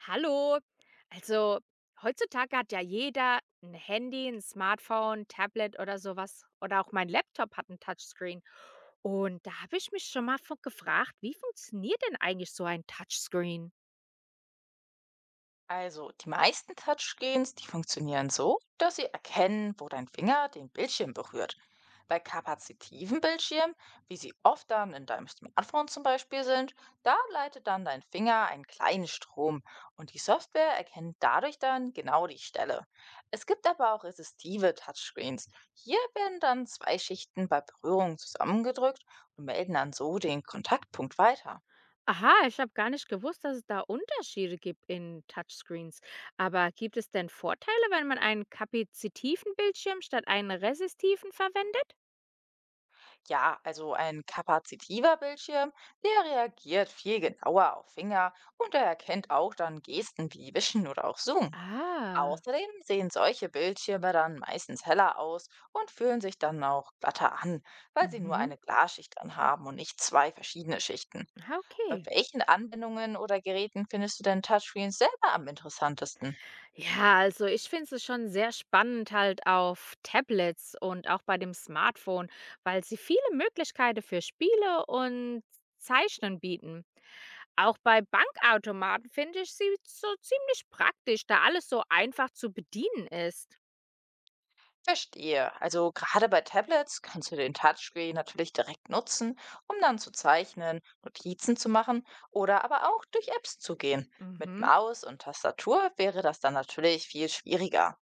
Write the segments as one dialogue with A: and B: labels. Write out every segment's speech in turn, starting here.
A: Hallo. Also heutzutage hat ja jeder ein Handy, ein Smartphone, Tablet oder sowas, oder auch mein Laptop hat 'n Touchscreen. Und da habe ich mich schon mal vo gefragt: „Wie funktioniert denn eigentlich so ein Touchscreen?“
B: Also, die meisten Touchscreens, die funktionieren so, dass sie erkennen, wo dein Finger den Bildschirm berührt. Bei kapazitiven Bildschirmen, wie sie oft dann in deinem Smartphone zum Beispiel sind, da leitet dann dein Finger einen kleinen Strom und die Software erkennt dadurch dann genau die Stelle. Es gibt aber auch resistive Touchscreens. Hier werden dann zwei Schichten bei Berührung zusammengedrückt und melden dann so den Kontaktpunkt weiter.
A: Aha, ich habe gar nicht gewusst, dass es da Unterschiede gibt in Touchscreens. Aber gibt es denn Vorteile, wenn man einen kapazitiven Bildschirm statt einen resistiven verwendet?
B: Ja, also ein kapazitiver Bildschirm, der reagiert viel genauer auf Finger und er erkennt auch dann Gesten wie Wischen oder auch Zoom.
A: Ah,
B: Außerdem sehen solche Bildschirme dann meistens heller aus und fühlen sich dann auch glatter an, weil sie nur
A: mhm.
B: eine Glasschicht anhaben und nicht zwei verschiedene Schichten.
A: Ah,
B: Bei
A: okay.
B: welchen Anwendungen oder Geräten findest du denn Touchscreens selber am interessantesten?
A: Ja, also ich finde es schon sehr spannend halt auf Tablets und auch bei dem Smartphone, weil sie viele Möglichkeiten für Spiele und Zeichnen bieten. Auch bei Bankautomaten finde ich sie so ziemlich praktisch, da alles so einfach zu bedienen ist.
B: Verstehe. Also gerade bei Tablets kannst du den Touchscreen natürlich direkt nutzen, um dann zu zeichnen, Notizen zu machen oder aber auch durch Apps zu gehen. Mit
A: Mhm.
B: Maus und Tastatur wäre das dann natürlich viel schwieriger.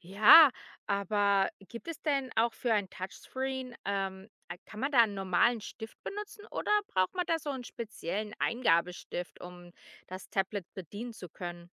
A: Ja, aber gibt es denn auch für ein Touchscreen, kann man da einen normalen Stift benutzen oder braucht man da so einen speziellen Eingabestift, um das Tablet bedienen zu können?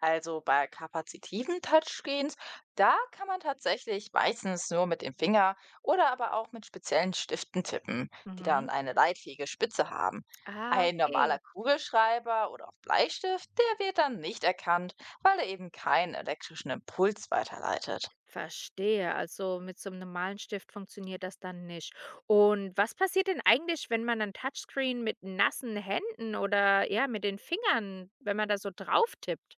B: Also bei kapazitiven Touchscreens, da kann man tatsächlich meistens nur mit dem Finger oder aber auch mit speziellen Stiften tippen, die
A: Mhm.
B: dann eine leitfähige Spitze haben.
A: Ah,
B: Ein normaler
A: okay.
B: Kugelschreiber oder auch Bleistift, der wird dann nicht erkannt, weil er eben keinen elektrischen Impuls weiterleitet.
A: Verstehe. Also mit so einem normalen Stift funktioniert das dann nicht. Und was passiert denn eigentlich, wenn man ein Touchscreen mit nassen Händen oder, ja, mit den Fingern wenn man da so drauf tippt?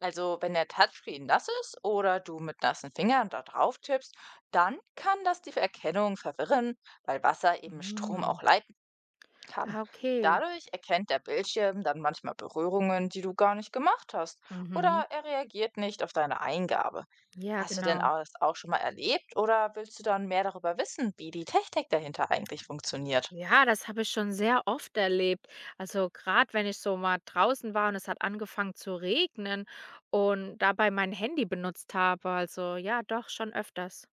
B: Also wenn der Touchscreen nass ist oder du mit nassen Fingern da drauf tippst, dann kann das die Erkennung verwirren, weil Wasser eben Strom auch
A: Hm.
B: leitet kann.
A: Ah, okay.
B: Dadurch erkennt der Bildschirm dann manchmal Berührungen, die du gar nicht gemacht hast,
A: Mhm.
B: oder er reagiert nicht auf deine Eingabe.
A: Ja,
B: Hast du denn
A: genau.
B: das auch schon mal erlebt oder willst du dann mehr darüber wissen, wie die Technik dahinter eigentlich funktioniert?
A: Ja, das habe ich schon sehr oft erlebt. Also gerade, wenn ich so mal draußen war und es hat angefangen zu regnen und dabei mein Handy benutzt habe. Also ja, doch schon öfters.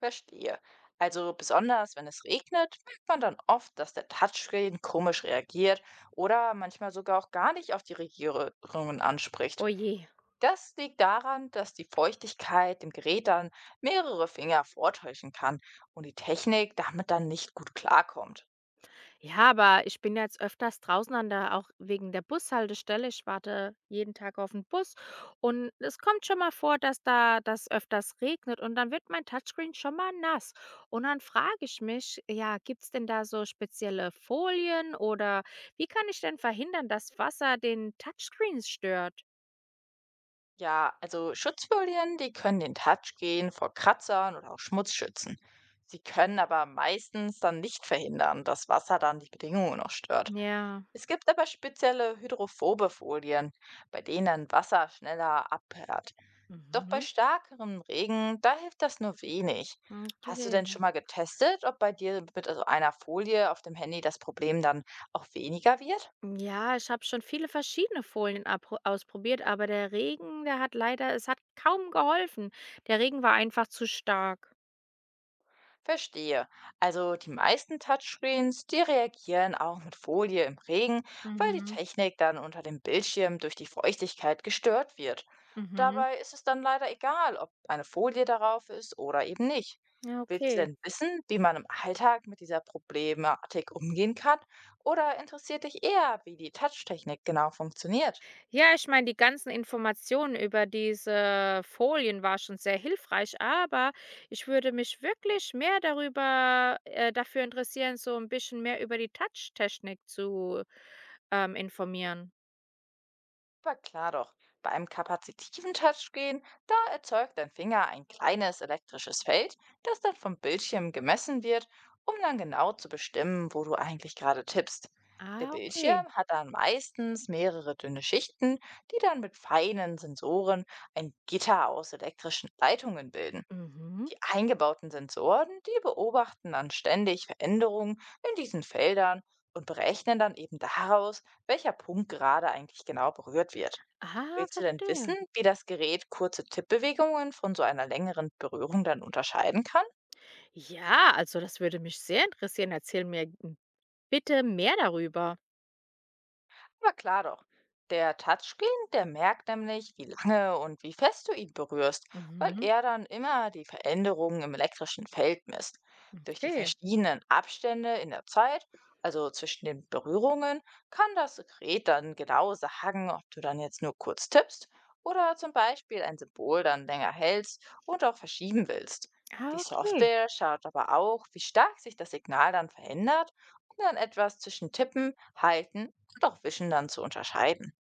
B: Verstehe. Also besonders wenn es regnet, merkt man dann oft, dass der Touchscreen komisch reagiert oder manchmal sogar auch gar nicht auf die Regierungen anspricht.
A: Oh je.
B: Das liegt daran, dass die Feuchtigkeit im Gerät dann mehrere Finger vortäuschen kann und die Technik damit dann nicht gut klarkommt.
A: Ja, aber ich bin jetzt öfters draußen an der auch wegen der Bushaltestelle. Ich warte jeden Tag auf den Bus und es kommt schon mal vor, dass da das öfters regnet und dann wird mein Touchscreen schon mal nass. Und dann frage ich mich, ja, gibt's denn da so spezielle Folien oder wie kann ich denn verhindern, dass Wasser den Touchscreen stört?
B: Ja, also Schutzfolien, die können den Touchscreen vor Kratzern oder auch Schmutz schützen. Sie können aber meistens dann nicht verhindern, dass Wasser dann die Bedingungen noch stört.
A: Ja.
B: Es gibt aber spezielle hydrophobe Folien, bei denen Wasser schneller abperlt. Doch bei
A: Mhm.
B: starkem Regen, da hilft das nur wenig. Hast du
A: Okay.
B: denn schon mal getestet, ob bei dir mit also einer Folie auf dem Handy das Problem dann auch weniger wird?
A: Ja, ich habe schon viele verschiedene Folien ausprobiert, aber der Regen, der hat leider, es hat kaum geholfen. Der Regen war einfach zu stark.
B: Verstehe. Also die meisten Touchscreens, die reagieren auch mit Folie im Regen, weil die
A: Mhm.
B: Technik dann unter dem Bildschirm durch die Feuchtigkeit gestört wird.
A: Mhm.
B: Dabei ist es dann leider egal, ob eine Folie darauf ist oder eben nicht.
A: Ja,
B: Willst du
A: okay.
B: denn wissen, wie man im Alltag mit dieser Problematik umgehen kann? Oder interessiert dich eher, wie die Touchtechnik genau funktioniert?
A: Ja, ich meine, die ganzen Informationen über diese Folien war schon sehr hilfreich, aber ich würde mich wirklich mehr dafür interessieren, so ein bisschen mehr über die Touch-Technik zu informieren.
B: Aber klar doch, bei einem kapazitiven Touchscreen, da erzeugt dein Finger ein kleines elektrisches Feld, das dann vom Bildschirm gemessen wird, um dann genau zu bestimmen, wo du eigentlich gerade tippst. Der
A: Ah, okay.
B: Bildschirm hat dann meistens mehrere dünne Schichten, die dann mit feinen Sensoren ein Gitter aus elektrischen Leitungen bilden.
A: Mhm.
B: Die eingebauten Sensoren, die beobachten dann ständig Veränderungen in diesen Feldern und berechnen dann eben daraus, welcher Punkt gerade eigentlich genau berührt wird.
A: Ah,
B: Willst du denn wissen,
A: verstehe.
B: wie das Gerät kurze Tippbewegungen von so einer längeren Berührung dann unterscheiden kann?
A: Ja, also das würde mich sehr interessieren. Erzähl mir bitte mehr darüber.
B: Na klar doch. Der Touchscreen, der merkt nämlich, wie lange und wie fest du ihn berührst, weil
A: Mhm.
B: er dann immer die Veränderungen im elektrischen Feld misst. Durch die
A: Okay.
B: verschiedenen Abstände in der Zeit, also zwischen den Berührungen, kann das Gerät dann genau sagen, ob du dann jetzt nur kurz tippst oder zum Beispiel ein Symbol dann länger hältst und auch verschieben willst. Die
A: Ah, okay.
B: Software schaut aber auch, wie stark sich das Signal dann verändert und dann etwas zwischen Tippen, Halten und auch Wischen dann zu unterscheiden.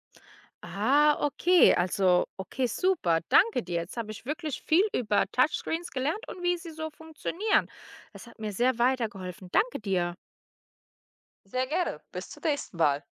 A: Ah, okay. Also, okay, super. Danke dir. Jetzt habe ich wirklich viel über Touchscreens gelernt und wie sie so funktionieren. Das hat mir sehr weitergeholfen. Danke dir.
B: Sehr gerne. Bis zum nächsten Mal.